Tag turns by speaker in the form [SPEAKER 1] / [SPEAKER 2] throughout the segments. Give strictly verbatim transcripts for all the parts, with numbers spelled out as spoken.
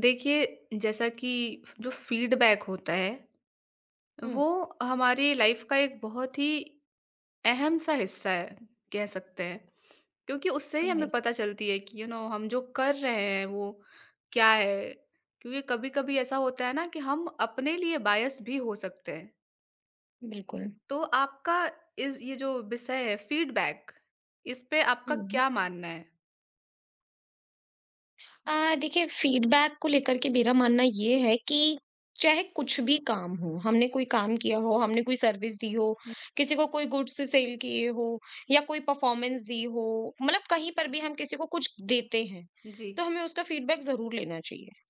[SPEAKER 1] देखिए, जैसा कि जो फ़ीडबैक होता है,
[SPEAKER 2] हुँ,
[SPEAKER 1] वो हमारी लाइफ़ का एक बहुत ही अहम-सा हिस्सा है, कह सकते हैं। क्योंकि उससे ही हमें
[SPEAKER 2] यस,
[SPEAKER 1] पता चलती है कि यू नो हम जो कर रहे हैं वो क्या है? क्योंकि कभी-कभी ऐसा होता है ना कि हम अपने लिए बायस भी हो सकते हैं।
[SPEAKER 2] बिल्कुल।
[SPEAKER 1] तो आपका इस ये जो विषय है फ़ीडबैक, इस पे आपका
[SPEAKER 2] हुँ।
[SPEAKER 1] क्या मानना है?
[SPEAKER 2] अ, देखिए फीडबैक को लेकर के मेरा मानना ये है कि चाहे कुछ भी काम हो, हमने कोई काम किया हो, हमने कोई सर्विस दी हो, किसी को कोई गुड्स सेल किए हो या कोई परफॉर्मेंस दी हो, मतलब कहीं पर भी हम किसी को कुछ देते हैं,
[SPEAKER 1] जी।
[SPEAKER 2] तो हमें उसका फीडबैक ज़रूर लेना चाहिए।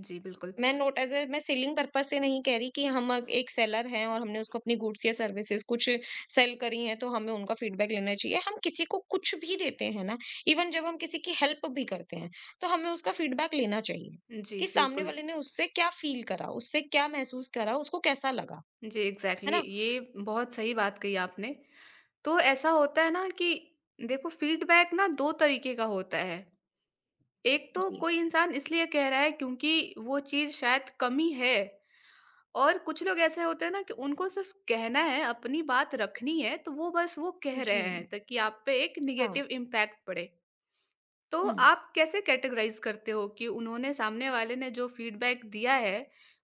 [SPEAKER 1] जी, बिल्कुल।
[SPEAKER 2] मैं नोट एज़ ए मैं सेलिंग पर्पज़ से नहीं कह रही कि हम अग एक सेलर हैं और हमने उसको अपनी गुड्स या सर्विसेज़ कुछ सेल करी हैं, तो हमें उनका फीडबैक लेना चाहिए। हम किसी को कुछ भी देते हैं ना, इवन जब हम किसी की हेल्प भी करते हैं, तो हमें उसका फीडबैक लेना चाहिए
[SPEAKER 1] जी,
[SPEAKER 2] कि सामने
[SPEAKER 1] बिल्कुल।
[SPEAKER 2] वाले ने उससे क्या फ़ील करा, उससे क्या महसूस करा, उसको कैसा लगा,
[SPEAKER 1] जी,
[SPEAKER 2] है
[SPEAKER 1] एग्ज़ैक्टली
[SPEAKER 2] ना?
[SPEAKER 1] ये बहुत सही बात कही आपने। तो ऐसा होता है ना कि देखो फीडबैक ना दो तरीके का होता है। एक तो
[SPEAKER 2] जी।
[SPEAKER 1] कोई इंसान इसलिए कह रहा है क्योंकि वो चीज़ शायद कमी है और कुछ लोग ऐसे होते हैं ना कि उनको सिर्फ़ कहना है, अपनी बात रखनी है, तो वो बस वो कह
[SPEAKER 2] जी,
[SPEAKER 1] रहे हैं ताकि आप पे एक
[SPEAKER 2] हाँ।
[SPEAKER 1] नेगेटिव इम्पैक्ट पड़े। तो
[SPEAKER 2] हुँ।
[SPEAKER 1] आप कैसे कैटेगराइज़ करते हो कि उन्होंने सामने वाले ने जो फीडबैक दिया है,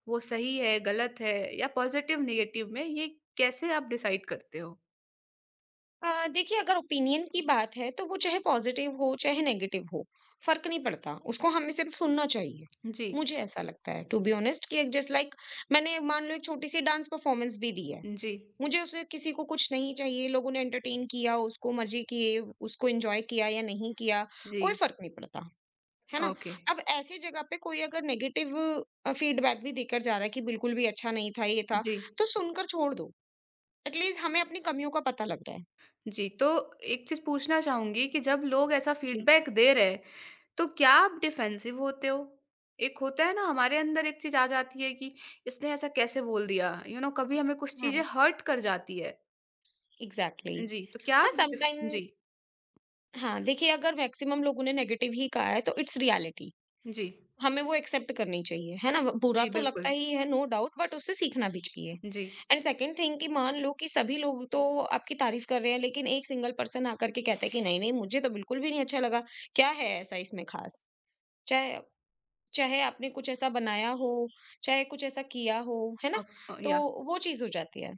[SPEAKER 1] वो सही है, गलत है या पॉज़िटिव नेगेटिव में ये कैसे आप डिसाइड करते हो?
[SPEAKER 2] अ, देखिए अगर ओपिनियन की बात है तो वो चाहे पॉजिटिव हो चाहे नेगेटिव हो, फ़र्क नहीं पड़ता, उसको हमें सिर्फ़ सुनना चाहिए।
[SPEAKER 1] जी।
[SPEAKER 2] मुझे ऐसा लगता है टू बी ऑनेस्ट कि एक जस्ट लाइक मैंने मान लो एक छोटी-सी डांस परफ़ॉर्मेंस भी दी है।
[SPEAKER 1] जी।
[SPEAKER 2] मुझे उसे किसी को कुछ नहीं चाहिए, लोगों ने एंटरटेन किया, उसको मज़े किए, उसको एन्जॉय किया या नहीं किया, कोई
[SPEAKER 1] जी।
[SPEAKER 2] फ़र्क नहीं पड़ता, है ना?
[SPEAKER 1] ओके,
[SPEAKER 2] अब ऐसी जगह पे कोई अगर नेगेटिव अ, फीडबैक भी देकर जा रहा है कि बिल्कुल भी अच्छा नहीं था, ये था,
[SPEAKER 1] जी,
[SPEAKER 2] तो सुनकर छोड़ दो। एट लीस्ट हमें अपनी कमियों का पता लग रहा है।
[SPEAKER 1] जी। तो एक चीज़ पूछना चाहूँगी कि जब लोग ऐसा
[SPEAKER 2] जी।
[SPEAKER 1] फ़ीडबैक दे रहे हैं, तो क्या आप डिफेंसिव होते हो? एक होता है ना हमारे अंदर एक चीज़ आ जाती है कि इसने ऐसा कैसे बोल दिया? यू you नो know, कभी हमें कुछ चीज़ें
[SPEAKER 2] हाँ।
[SPEAKER 1] हर्ट कर जाती है।
[SPEAKER 2] एग्जैक्टली
[SPEAKER 1] जी, तो क्या
[SPEAKER 2] exactly. हाँ
[SPEAKER 1] आप डिफ
[SPEAKER 2] समटाइम।
[SPEAKER 1] जी,
[SPEAKER 2] हाँ, देखिए अगर मैक्सिमम लोगों ने नेगेटिव ही कहा है तो इट्स रियलिटी,
[SPEAKER 1] जी,
[SPEAKER 2] हमें वो एक्सेप्ट करनी चाहिए, है ना? वो बुरा
[SPEAKER 1] जी,
[SPEAKER 2] तो लगता
[SPEAKER 1] बिल्कुल।
[SPEAKER 2] ही है नो डाउट, बट उससे सीखना भी चाहिए।
[SPEAKER 1] जी,
[SPEAKER 2] एंड सेकंड थिंग कि मान लो कि सभी लोग तो आपकी तारीफ कर रहे हैं लेकिन एक सिंगल पर्सन आकर के कहता है कि नहीं नहीं, मुझे तो बिल्कुल भी नहीं अच्छा लगा, क्या है ऐसा इसमें खास, चाहे चाहे आपने कुछ ऐसा बनाया हो, चाहे कुछ ऐसा किया हो, है ना?
[SPEAKER 1] अप अ,
[SPEAKER 2] तो
[SPEAKER 1] या
[SPEAKER 2] वो चीज हो जाती है।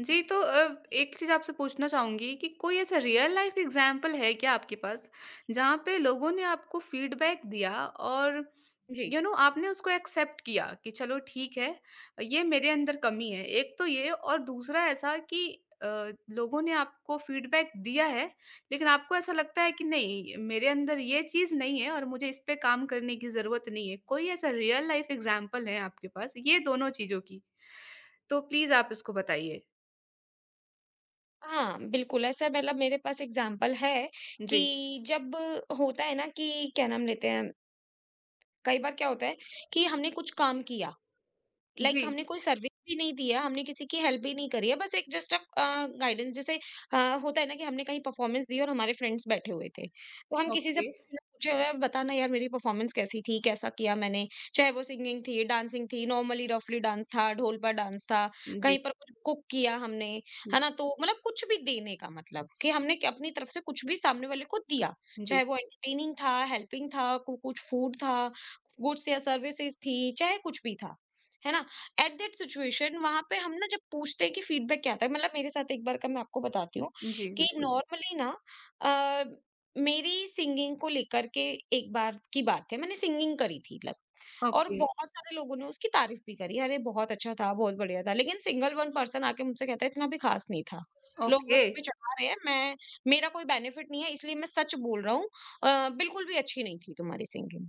[SPEAKER 1] जी, तो अ, एक चीज़ आपसे पूछना चाहूँगी कि कोई ऐसा रियल लाइफ़ एग्ज़ाम्पल है क्या आपके पास, जहाँ पे लोगों ने आपको फ़ीडबैक दिया और
[SPEAKER 2] जी।
[SPEAKER 1] यू नो आपने उसको एक्सेप्ट किया कि चलो ठीक है ये मेरे अंदर कमी है एक तो ये और दूसरा ऐसा कि अ, लोगों ने आपको फीडबैक दिया है लेकिन आपको ऐसा लगता है कि नहीं मेरे अंदर ये चीज़ नहीं है और मुझे इस पे काम करने की ज़रूरत नहीं है कोई ऐसा रियल लाइफ एग्जाम्पल है आपके पास ये दोनों चीज़ों की तो प्लीज़ आप इसको बताइए।
[SPEAKER 2] हाँ, बिल्कुल ऐसा, मतलब मेरे पास एग्जाम्पल है
[SPEAKER 1] जी
[SPEAKER 2] कि जब होता है ना कि क्या नाम लेते हैं, कई बार क्या होता है कि हमने कुछ काम किया, लाइक
[SPEAKER 1] जी
[SPEAKER 2] like, हमने कोई सर्विस भी नहीं दी है, हमने किसी की हेल्प भी नहीं करी है, बस एक जस्ट अ, गाइडेंस जैसे। अ, होता है ना कि हमने कहीं परफॉर्मेंस दी और हमारे फ्रेंड्स बैठे हुए थे, तो हम किसी से
[SPEAKER 1] ओके
[SPEAKER 2] पूछे ना पूछे हुए, "बता ना यार मेरी परफॉर्मेंस कैसी थी? कैसा किया मैंने?" चाहे वो सिंगिंग थी, डांसिंग थी, नॉर्मली रफली डांस था, ढोल पर डांस था,
[SPEAKER 1] जी
[SPEAKER 2] कहीं पर कुछ कुक किया हमने, है
[SPEAKER 1] जी
[SPEAKER 2] ना? तो मतलब कुछ भी देने का मतलब कि हमने क अपनी तरफ से कुछ भी सामने वाले को दिया,
[SPEAKER 1] जी
[SPEAKER 2] चाहे वो एंटरटेनिंग था, हेल्पिंग था, कु कुछ फूड था, गुड्स या सर्विसेज़ थी, चाहे कुछ भी था, है ना? एट दैट सिचुएशन वहां पे हम ना जब पूछते हैं कि फीडबैक क्या आता है, मतलब मेरे साथ एक बार का मैं आपको बताती हूँ
[SPEAKER 1] जी
[SPEAKER 2] कि
[SPEAKER 1] बिल्कुल
[SPEAKER 2] नॉर्मली ना अ, मेरी सिंगिंग को लेकर के, एक बार की बात है मैंने सिंगिंग करी थी लग और
[SPEAKER 1] ओके
[SPEAKER 2] बहुत सारे लोगों ने उसकी तारीफ भी करी, अरे बहुत अच्छा था, बहुत बढ़िया था, लेकिन सिंगल वन पर्सन आके मुझसे कहता है इतना भी खास नहीं था, लोग बस
[SPEAKER 1] ओके।
[SPEAKER 2] हमें चढ़ा रहे हैं, मैं मेरा कोई बेनिफिट नहीं है इसलिए मैं सच बोल रहा हूँ, अ, बिल्कुल भी अच्छी नहीं थी तुम्हारी सिंगिंग।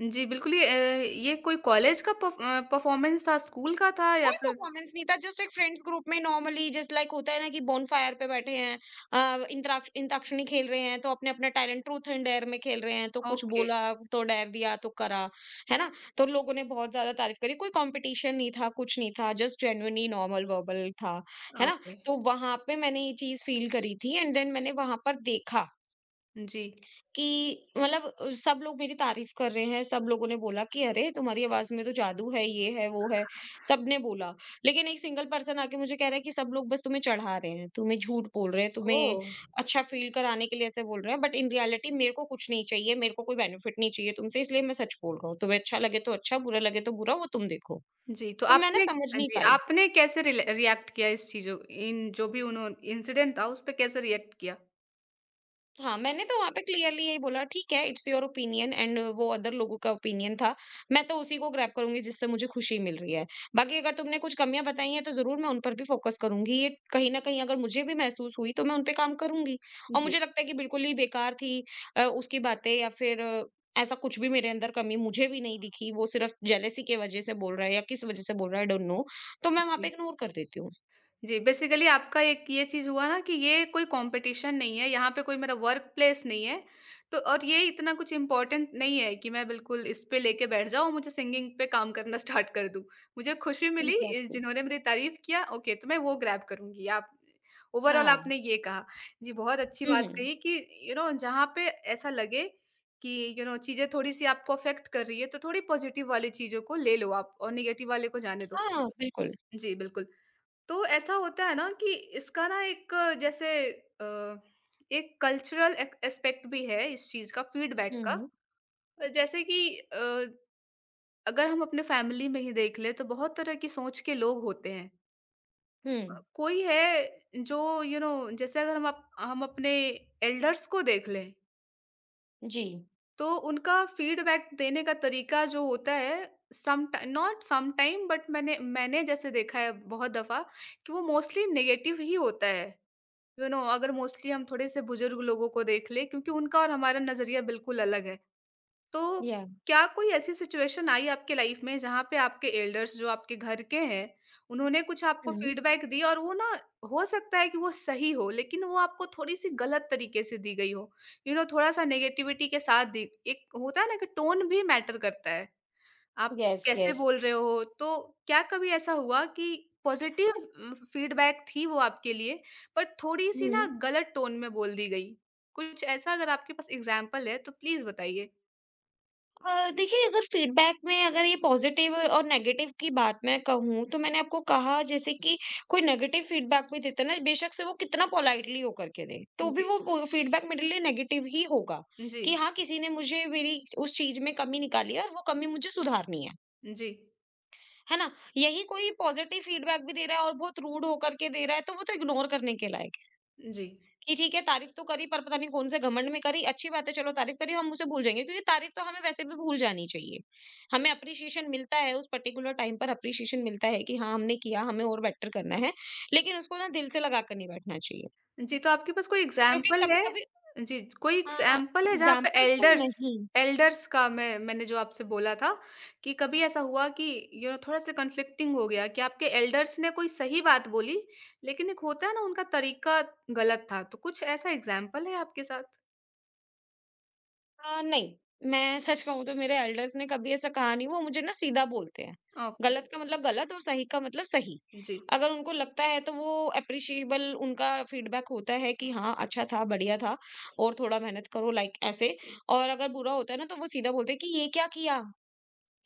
[SPEAKER 1] जी, बिल्कुल ये अ, ये कोई कॉलेज का परफ़ अ, परफ़ॉर्मेंस था, स्कूल का था या
[SPEAKER 2] कोई
[SPEAKER 1] फिर
[SPEAKER 2] परफॉर्मेंस नहीं था, जस्ट एक फ्रेंड्स ग्रुप में नॉर्मली जस्ट लाइक होता है ना कि बोन फायर पे बैठे हैं, अ, इंतराक्ष इंताक्षरी खेल रहे हैं, तो अपने अपना टैलेंट ट्रूथ एंड डेयर में खेल रहे हैं तो कुछ
[SPEAKER 1] ओके,
[SPEAKER 2] बोला, तो डेयर दिया तो करा, है ना? तो लोगों ने बहुत ज्यादा तारीफ करी, कोई कंपटीशन नहीं था, कुछ नहीं था, जस्ट जेन्युइनली नॉर्मल वर्बल था, है ना?
[SPEAKER 1] ओके।
[SPEAKER 2] तो वहां पे मैंने ये चीज फील करी थी एंड देन मैंने वहां पर देखा
[SPEAKER 1] जी।
[SPEAKER 2] कि मतलब अ, सब लोग मेरी तारीफ कर रहे हैं, सब लोगों ने बोला कि अरे! तुम्हारी आवाज़ में तो जादू है, ये है, वो है, सबने बोला। लेकिन एक सिंगल पर्सन आके मुझे कह रहा है कि सब लोग बस तुम्हें चढ़ा रहे हैं, तुम्हें झूठ बोल रहे हैं, तुम्हें
[SPEAKER 1] ओह!
[SPEAKER 2] अच्छा फ़ील कराने के लिए ऐसे बोल रहे हैं, बट इन रियलिटी मेरे को कुछ नहीं चाहिए, मेरे को कोई बेनिफिट नहीं चाहिए तुमसे, इसलिए मैं सच बोल रहा हूँ। तुम्हें अच्छा लगे तो अच्छा, बुरा लगे तो बुरा, वो तुम देखो।
[SPEAKER 1] जी, तो
[SPEAKER 2] तो मैं ना
[SPEAKER 1] आपने
[SPEAKER 2] समझ
[SPEAKER 1] अ,
[SPEAKER 2] नहीं
[SPEAKER 1] जी,
[SPEAKER 2] पाई।
[SPEAKER 1] आपने कैसे रिले रिएक्ट किया इस चीज़ों इन जो भी उन्हों इंसिडेंट था, उस पे कैसे रिएक्ट किया?
[SPEAKER 2] हाँ, मैंने तो वहाँ पे क्लियरली यही बोला, "ठीक है, इट्स योर ओपिनियन" एंड वो अदर लोगों का ओपिनियन था। मैं तो उसी को ग्रैब करूँगी जिससे मुझे खुशी मिल रही है। बाकी अगर तुमने कुछ कमियाँ बताई हैं, तो ज़रूर मैं उन पर भी फ़ोकस करूँगी। ये कहीं न कहीं अगर मुझे भी महसूस हुई, तो मैं उन पे काम करूँगी। और
[SPEAKER 1] जी,
[SPEAKER 2] मुझे लगता है कि बिल्कुल ही बेकार थी अ, उसकी बातें या फिर अ, ऐसा कुछ भी मेरे अंदर कमी मुझे भी नहीं दिखी। वो सिर्फ़ जेलेसी के वज़ह से बोल रहा है या किस वज़ह से बोल रहा है, आई डोंट नो। तो मैं वहाँ
[SPEAKER 1] जी।
[SPEAKER 2] पे इग्नोर कर देती हूँ।
[SPEAKER 1] जी, बेसिकली आपका एक ये चीज़ हुआ ना कि ये कोई कॉम्पिटिशन नहीं है, यहाँ पे कोई मेरा वर्क प्लेस नहीं है। तो और ये इतना कुछ इम्पोर्टेंट नहीं है कि मैं बिल्कुल इस पे लेके बैठ जाऊँ, मुझे सिंगिंग पे काम करना स्टार्ट कर दूँ। मुझे खुशी मिली इस
[SPEAKER 2] एग्ज़ैक्टली।
[SPEAKER 1] जिन्होंने मेरी तारीफ़ किया, ओके तो मैं वो ग्रैब करूँगी। आप
[SPEAKER 2] हाँ।
[SPEAKER 1] ओवरऑल
[SPEAKER 2] हाँ।
[SPEAKER 1] आपने ये कहा। जी, बहुत अच्छी
[SPEAKER 2] हुँ,
[SPEAKER 1] बात
[SPEAKER 2] हुँ।
[SPEAKER 1] कही कि यू नो जहाँ पे ऐसा लगे कि यू नो चीज़ें थोड़ी-सी आपको अफ़ेक्ट कर रही है, तो थोड़ी पॉज़िटिव वाली चीज़ों को ले लो आप और नेगेटिव वाले को जाने दो।
[SPEAKER 2] हाँ, बिल्कुल।
[SPEAKER 1] जी, बिल्कुल। तो ऐसा होता है ना कि इसका ना एक अ, जैसे अ, एक कल्चरल एस्पेक्ट भी है इस चीज़ का फीडबैक
[SPEAKER 2] हुँ,
[SPEAKER 1] का।
[SPEAKER 2] हुँ।
[SPEAKER 1] अ, जैसे कि अ, अगर हम अपने फैमिली में ही देख लें तो बहुत तरह की सोच के लोग होते हैं।
[SPEAKER 2] हुँ।
[SPEAKER 1] कोई है जो यू नो जैसे अगर हम अप हम अपने एल्डर्स को देख लें,
[SPEAKER 2] जी,
[SPEAKER 1] तो उनका फीडबैक देने का तरीका जो होता है some time not some time but मैंने मैंने जैसे देखा है बहुत दफ़ा कि वो मोस्टली नेगेटिव ही होता है। यू नो अगर मोस्टली हम थोड़े से बुजुर्ग लोगों को देख ले क्योंकि उनका और हमारा नजरिया बिल्कुल अलग है तो
[SPEAKER 2] या
[SPEAKER 1] क्या कोई ऐसी सिचुएशन आई आपके लाइफ में जहाँ पे आपके एल्डर्स जो आपके घर के हैं उन्होंने कुछ आपको
[SPEAKER 2] हुँ।
[SPEAKER 1] फीडबैक दी और वो ना हो सकता है कि वो सही हो लेकिन वो आपको थोड़ी सी गलत तरीके से दी गई हो यू नो थोड़ा सा नेगेटिविटी के साथ दी एक होता है ना कि टोन भी मैटर करता है आप
[SPEAKER 2] येस,
[SPEAKER 1] कैसे
[SPEAKER 2] येस।
[SPEAKER 1] बोल रहे हो? तो क्या कभी ऐसा हुआ कि पॉज़िटिव उम, फ़ीडबैक थी वो आपके लिए पर थोड़ी-सी ना
[SPEAKER 2] हुँ।
[SPEAKER 1] गलत टोन में बोल दी गई? कुछ ऐसा अगर आपके पास एग्ज़ाम्पल है तो प्लीज़ बताइए?
[SPEAKER 2] अ, देखिए अगर फीडबैक में अगर ये पॉज़िटिव और नेगेटिव की बात मैं कहूँ, तो मैंने आपको कहा जैसे कि कोई नेगेटिव फीडबैक भी देता है ना, बेशक से वो कितना पोलाइटली हो करके दे, तो भी
[SPEAKER 1] जी।
[SPEAKER 2] वो पो फीडबैक मेरे लिए नेगेटिव ही होगा
[SPEAKER 1] जी।
[SPEAKER 2] कि हाँ, किसी ने मुझे मेरी उस चीज़ में कमी निकाली है और वो कमी मुझे सुधारनी है,
[SPEAKER 1] जी।
[SPEAKER 2] है ना? यही कोई पॉज़िटिव फीडबैक भी दे रहा है और बहुत रूड हो करके दे रहा है, तो वो तो इग्नोर करने के लायक है।
[SPEAKER 1] जी।
[SPEAKER 2] कि ठीक है तारीफ तो करी पर पता नहीं कौन से घमंड में करी, अच्छी बात है चलो तारीफ करी हम उसे भूल जाएँगे क्योंकि तारीफ तो हमें वैसे भी भूल जानी चाहिए। हमें एप्रिसिएशन मिलता है, उस पर्टिकुलर टाइम पर एप्रिसिएशन मिलता है कि हाँ, हमने किया हमें और बेटर करना है, लेकिन उसको ना दिल से लगा कर नहीं बैठना चाहिए।
[SPEAKER 1] जी, तो आपके पास कोई
[SPEAKER 2] क्योंकि
[SPEAKER 1] एग्ज़ाम्पल है?
[SPEAKER 2] कभी-कभी
[SPEAKER 1] जी, कोई
[SPEAKER 2] अ,
[SPEAKER 1] एग्ज़ाम्पल है जहाँ पे
[SPEAKER 2] एग्ज़ाम्पल तो
[SPEAKER 1] एल्डर्स
[SPEAKER 2] नहीं
[SPEAKER 1] एल्डर्स का मैं मैंने जो आपसे बोला था कि कभी ऐसा हुआ कि यू नो थोड़ा-सा कन्फ्लिक्टिंग हो गया कि आपके एल्डर्स ने कोई सही बात बोली, लेकिन एक होता है ना उनका तरीका गलत था, तो कुछ ऐसा एग्ज़ाम्पल है आपके साथ?
[SPEAKER 2] अ, नहीं, मैं सच कहूँ तो मेरे एल्डर्स ने कभी ऐसा कहा नहीं, वो मुझे ना सीधा बोलते हैं।
[SPEAKER 1] ओके,
[SPEAKER 2] गलत का मतलब गलत और सही का मतलब सही।
[SPEAKER 1] जी,
[SPEAKER 2] अगर उनको लगता है तो वो एप्रिशिएबल उनका फीडबैक होता है कि हाँ, अच्छा था, बढ़िया था और थोड़ा मेहनत करो लाइक ऐसे। और अगर बुरा होता है ना तो वो सीधा बोलते हैं कि ये क्या किया?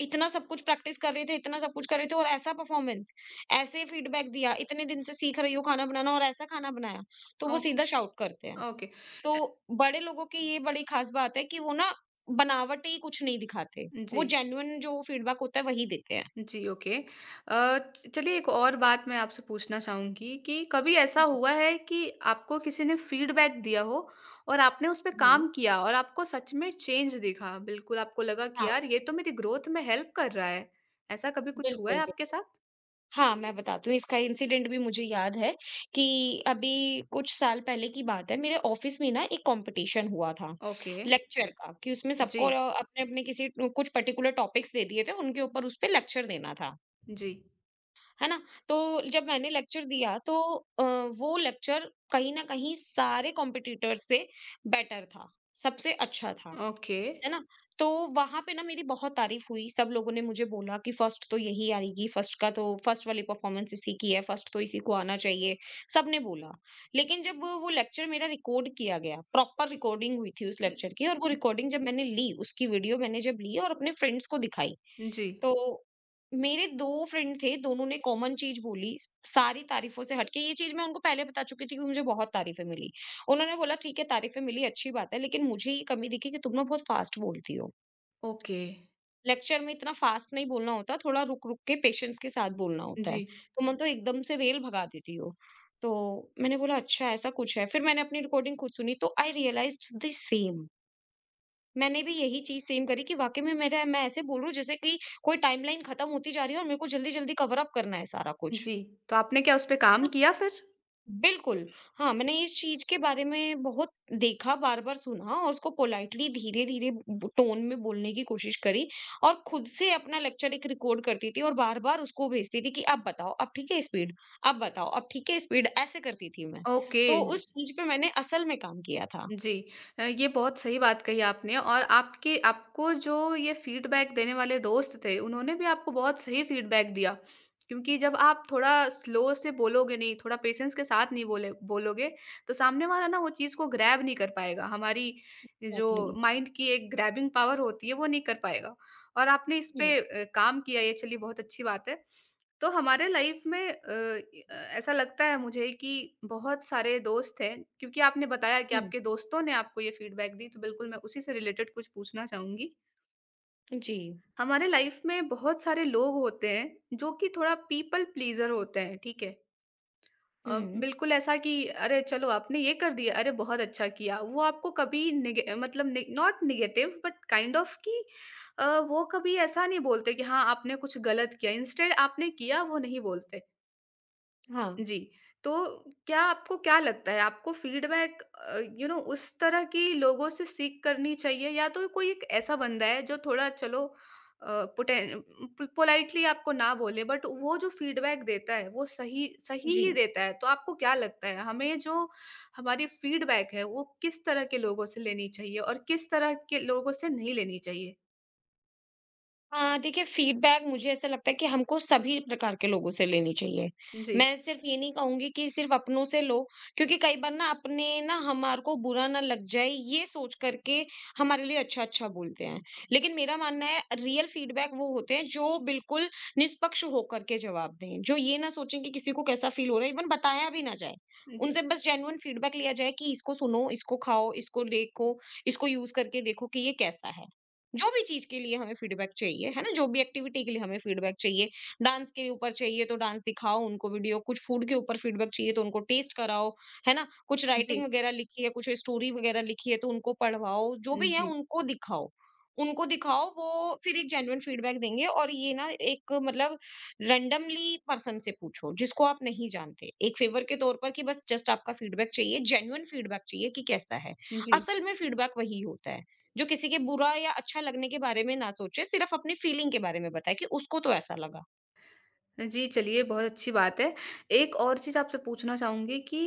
[SPEAKER 2] इतना सब कुछ प्रैक्टिस कर रहे थे, इतना सब कुछ कर रहे थे और ऐसा परफॉर्मेंस, ऐसे फीडबैक दिया, इतने दिन से सीख रही हो खाना बनाना और ऐसा खाना बनाया। तो वो
[SPEAKER 1] ओके,
[SPEAKER 2] सीधा शाउट करते हैं।
[SPEAKER 1] ओके।
[SPEAKER 2] तो
[SPEAKER 1] अ,
[SPEAKER 2] बड़े लोगों की ये बड़ी खास बात है कि वो ना बनावटी कुछ नहीं दिखाते। वो
[SPEAKER 1] जी।
[SPEAKER 2] जेन्युइन जो फीडबैक होता है वही देते हैं।
[SPEAKER 1] जी, ओके। अ, चलिए एक और बात मैं आपसे पूछना चाहूँगी कि कभी ऐसा
[SPEAKER 2] जी,
[SPEAKER 1] हुआ है कि आपको किसी ने फ़ीडबैक दिया हो और आपने उस पे
[SPEAKER 2] जी।
[SPEAKER 1] काम किया और आपको सच में चेंज दिखा? बिल्कुल आपको लगा कि
[SPEAKER 2] हाँ,
[SPEAKER 1] यार ये तो मेरी ग्रोथ में हेल्प कर रहा है। ऐसा कभी कुछ हुआ
[SPEAKER 2] बिल्कुल,
[SPEAKER 1] है
[SPEAKER 2] बिल्कुल।
[SPEAKER 1] आपके साथ?
[SPEAKER 2] हाँ, मैं बताती हूँ इसका इंसिडेंट भी मुझे याद है कि अभी कुछ साल पहले की बात है मेरे ऑफ़िस में ना एक कॉम्पिटिशन हुआ था
[SPEAKER 1] ओके।
[SPEAKER 2] लेक्चर का, कि उसमें सबको
[SPEAKER 1] जी,
[SPEAKER 2] अपने-अपने किसी कुछ पर्टिकुलर टॉपिक्स दे दिए थे उनके ऊपर उस पे लेक्चर देना था।
[SPEAKER 1] जी।
[SPEAKER 2] है ना? तो जब मैंने लेक्चर दिया तो अ, वो लेक्चर कहीं न कहीं सारे कॉम्पिटिटर्स से बेटर था, सबसे अच्छा था,
[SPEAKER 1] ओके।
[SPEAKER 2] है ना? तो वहाँ पे ना मेरी बहुत तारीफ़ हुई, सब लोगों ने मुझे बोला कि फर्स्ट तो यही आएगी, फर्स्ट का तो फर्स्ट वाली परफॉर्मेंस इसी की है, फर्स्ट तो इसी को आना चाहिए, सबने बोला। लेकिन जब वो लेक्चर मेरा रिकॉर्ड किया गया, प्रॉपर रिकॉर्डिंग हुई थी उस लेक्चर की और वो
[SPEAKER 1] उम,
[SPEAKER 2] रिकॉर्डिंग जब मैंने ली, उसकी वीडियो मैंने जब ली और अपने फ्रेंड्स को दिखाई,
[SPEAKER 1] जी।
[SPEAKER 2] तो मेरे दो फ्रेंड थे, दोनों ने कॉमन चीज़ बोली, सारी तारीफों से हट के ये चीज़ मैं उनको पहले बता चुकी थी कि मुझे बहुत तारीफें मिली। उन्होंने बोला ठीक है तारीफें मिली अच्छी बात है, लेकिन मुझे ये कमी दिखी कि तुम ना बहुत फास्ट बोलती हो।
[SPEAKER 1] ओके।
[SPEAKER 2] लेक्चर में इतना फास्ट नहीं बोलना होता, थोड़ा रुक-रुक के पेशेंस के साथ बोलना होता है।
[SPEAKER 1] जी,
[SPEAKER 2] तुम तो एकदम से रेल भगा देती हो। तो मैंने बोला अच्छा ऐसा कुछ है, फिर मैंने अपनी रिकॉर्डिंग खुद सुनी तो आई रियलाइज्ड द सेम, मैंने भी यही चीज़ सेम करी कि वाक़ई में मेरा मैं ऐसे बोल रही हूँ जैसे कि कोई टाइमलाइन खत्म होती जा रही है और मेरे को जल्दी-जल्दी कवर अप करना है सारा कुछ,
[SPEAKER 1] जी। तो आपने क्या उस पे
[SPEAKER 2] है
[SPEAKER 1] काम
[SPEAKER 2] ना?
[SPEAKER 1] किया फिर?
[SPEAKER 2] बिल्कुल। हाँ, मैंने इस चीज़ के बारे में बहुत देखा, बार-बार सुना और उसको पोलाइटली धीरे-धीरे ब टोन में बोलने की कोशिश करी और खुद से अपना लेक्चर एक रिकॉर्ड करती थी और बार-बार उसको भेजती थी कि अब बताओ, अब ठीक है स्पीड? अब बताओ, अब ठीक है स्पीड? ऐसे करती थी मैं।
[SPEAKER 1] ओके।
[SPEAKER 2] तो उस चीज़ पे मैंने असल में काम किया था।
[SPEAKER 1] जी अ, ये बहुत सही बात कही आपने और आपके आपको जो ये फीडबैक देने वाले दोस्त थे, उन्होंने भी आपको बहुत सही फीडबैक दिया। क्योंकि जब आप थोड़ा स्लो से बोलोगे नहीं, थोड़ा पेशेंस के साथ नहीं बोले बोलोगे, तो सामने वाला ना वो चीज़ को ग्रैब नहीं कर पाएगा। हमारी जो
[SPEAKER 2] एग्ज़ैक्टली।
[SPEAKER 1] माइंड की एक ग्रैबिंग पावर होती है, वो नहीं कर पाएगा। और आपने इस
[SPEAKER 2] हुँ,
[SPEAKER 1] पे अ, काम किया, ये चलिए बहुत अच्छी बात है। तो हमारे लाइफ में अ, अ, ऐसा लगता है मुझे कि बहुत सारे दोस्त हैं क्योंकि आपने बताया कि
[SPEAKER 2] हुँ।
[SPEAKER 1] आपके दोस्तों ने आपको ये फीडबैक दी तो बिल्कुल मैं उसी से रिलेटेड कुछ पूछना चाहूंगी।
[SPEAKER 2] जी।
[SPEAKER 1] हमारे लाइफ में बहुत सारे लोग होते हैं जो कि थोड़ा पीपल प्लीजर होते हैं ठीक है अ,
[SPEAKER 2] हुँ।
[SPEAKER 1] बिल्कुल ऐसा कि अरे चलो आपने ये कर दिया अरे बहुत अच्छा किया वो आपको कभी निगे, मतलब not negative but kind of कि अ, वो कभी ऐसा नहीं बोलते कि हाँ आपने कुछ गलत किया इंस्टेड आपने किया वो नहीं बोलते।
[SPEAKER 2] हाँ।
[SPEAKER 1] जी, तो क्या आपको क्या लगता है आपको फ़ीडबैक अ, यू नो उस तरह की लोगों से सीख करनी चाहिए या तो कोई एक ऐसा बंदा है जो थोड़ा चलो अ, पोटेन प पोलाइटली आपको ना बोले बट वो जो फ़ीडबैक देता है वो सही सही
[SPEAKER 2] जी।
[SPEAKER 1] ही देता है, तो आपको क्या लगता है हमें जो हमारी फ़ीडबैक है वो किस तरह के लोगों से लेनी चाहिए और किस तरह के लोगों से नहीं लेनी चाहिए?
[SPEAKER 2] अ, देखिए फीडबैक मुझे ऐसा लगता है कि हमको सभी प्रकार के लोगों से लेनी चाहिए।
[SPEAKER 1] जी,
[SPEAKER 2] मैं सिर्फ़ ये नहीं कहूँगी कि सिर्फ़ अपनों से लो क्योंकि कई बार ना अपने ना हमारे को बुरा ना लग जाए ये सोच कर के हमारे लिए अच्छा-अच्छा बोलते हैं। लेकिन मेरा मानना है रियल फीडबैक वो होते हैं जो बिल्कुल निष्पक्ष होकर के जवाब दें। जो ये ना सोचें कि किसी को कैसा फ़ील हो रहा है इवन बताया भी ना जाए।
[SPEAKER 1] जी,
[SPEAKER 2] उनसे बस जेन्युइन फीडबैक लिया जाए कि इसको सुनो, इसको खाओ, इसको देखो, इसको यूज़ करके देखो कि ये कैसा है। जो भी चीज़ के लिए हमें फीडबैक चाहिए, है ना? जो भी एक्टिविटी के लिए हमें फीडबैक चाहिए, डांस के ऊपर चाहिए तो डांस दिखाओ उनको वीडियो, कुछ फूड के ऊपर फीडबैक चाहिए तो उनको टेस्ट कराओ, है ना? कुछ राइटिंग
[SPEAKER 1] जी,
[SPEAKER 2] वगैरह लिखी है, कुछ स्टोरी वगैरह लिखी है तो उनको पढ़वाओ, जो भी है
[SPEAKER 1] जी,
[SPEAKER 2] उनको दिखाओ। उनको दिखाओ वो फिर एक जेन्युइन फीडबैक देंगे और ये ना एक मतलब रैंडमली पर्सन से पूछो जिसको आप नहीं जानते। एक फ़ेवर के तौर पर कि बस जस्ट आपका फीडबैक चाहिए, जेन्युइन फीडबैक चाहिए कि कैसा है?
[SPEAKER 1] जी।
[SPEAKER 2] असल में फीडबैक वही होता है। जो किसी के बुरा या अच्छा लगने के बारे में ना सोचे, सिर्फ अपनी फीलिंग के बारे में बताए कि उसको तो ऐसा लगा।
[SPEAKER 1] जी, चलिए बहुत अच्छी बात है। एक और चीज़ आपसे पूछना चाहूँगी कि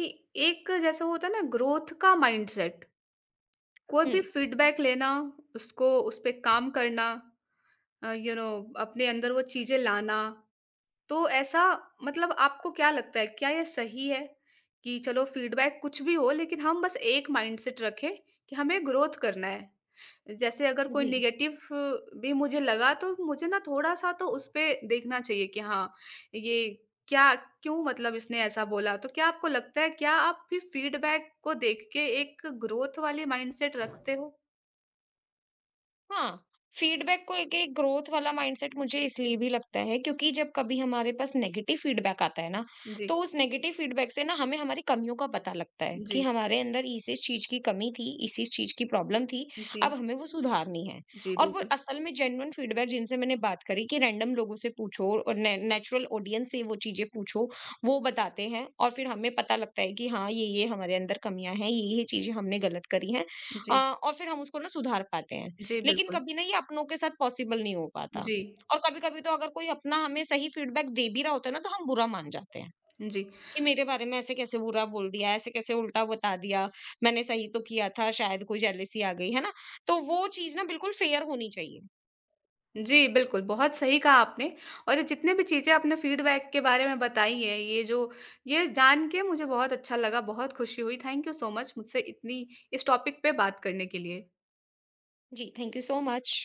[SPEAKER 1] एक जैसे होता है ना ग्रोथ का माइंडसेट, कोई भी
[SPEAKER 2] हुँ।
[SPEAKER 1] फीडबैक लेना, उसको उस पे काम करना अ, यू नो अपने अंदर वो चीज़ें लाना तो ऐसा मतलब आपको क्या लगता है, क्या यह सही है कि चलो फीडबैक कुछ भी हो लेकिन हम बस एक माइंडसेट रखें कि हमें ग्रोथ करना है। जैसे अगर कोई
[SPEAKER 2] जी।
[SPEAKER 1] नेगेटिव भी मुझे लगा तो मुझे ना थोड़ा-सा तो उस पे देखना चाहिए कि हाँ, ये क्या क्यों मतलब इसने ऐसा बोला? तो क्या आपको लगता है क्या आप भी फीडबैक को देख के एक ग्रोथ वाली माइंडसेट रखते हो?
[SPEAKER 2] हाँ, फीडबैक को लेके ग्रोथ वाला माइंडसेट मुझे इसलिए भी लगता है क्योंकि जब कभी हमारे पास नेगेटिव फीडबैक आता है ना, तो
[SPEAKER 1] जी,
[SPEAKER 2] उस नेगेटिव फीडबैक से ना हमें हमारी कमियों का पता लगता है कि
[SPEAKER 1] जी,
[SPEAKER 2] हमारे अंदर इस-इस चीज़ की कमी थी, इस-इस चीज़ की प्रॉब्लम थी, अब
[SPEAKER 1] जी,
[SPEAKER 2] हमें वो सुधारनी है।
[SPEAKER 1] जी
[SPEAKER 2] और वो
[SPEAKER 1] बिल्कुल।
[SPEAKER 2] असल में जेन्युइन फीडबैक जिनसे मैंने बात करी कि रैंडम लोगों से पूछो और ने नेचुरल ऑडियंस से वो चीज़ें पूछो, वो बताते हैं और फिर हमें पता लगता है कि हाँ, ये-ये हमारे अंदर कमियाँ हैं, ये-ये चीज़ें हमने गलत करी हैं। अ,
[SPEAKER 1] जी,
[SPEAKER 2] और फिर हम उसको ना सुधार पाते हैं।
[SPEAKER 1] जी
[SPEAKER 2] लेकिन
[SPEAKER 1] बिल्कुल।
[SPEAKER 2] कभी ना ये अपनों के साथ पॉसिबल नहीं हो पाता।
[SPEAKER 1] जी,
[SPEAKER 2] और कभी-कभी तो अगर कोई अपना हमें सही फीडबैक दे भी रहा होता है ना, तो हम बुरा मान जाते हैं
[SPEAKER 1] जी।
[SPEAKER 2] कि मेरे बारे में ऐसे कैसे बुरा बोल दिया, ऐसे कैसे उल्टा बता दिया, मैंने सही तो किया था, शायद कोई जेलेसी आ गई, है ना? तो वो चीज़ ना बिल्कुल फेयर होनी चाहिए।
[SPEAKER 1] जी, बिल्कुल, बहुत सही कहा आपने और ये जितने भी चीज़ें आपने फ़ीडबैक के बारे में बताई हैं, ये जो ये जान के मुझे बहुत अच्छा लगा, बहुत खुशी हुई। थैंक यू सो मच मुझसे इतनी इस टॉपिक पे बात करने के लिए।
[SPEAKER 2] जी, थैंक यू सो मच।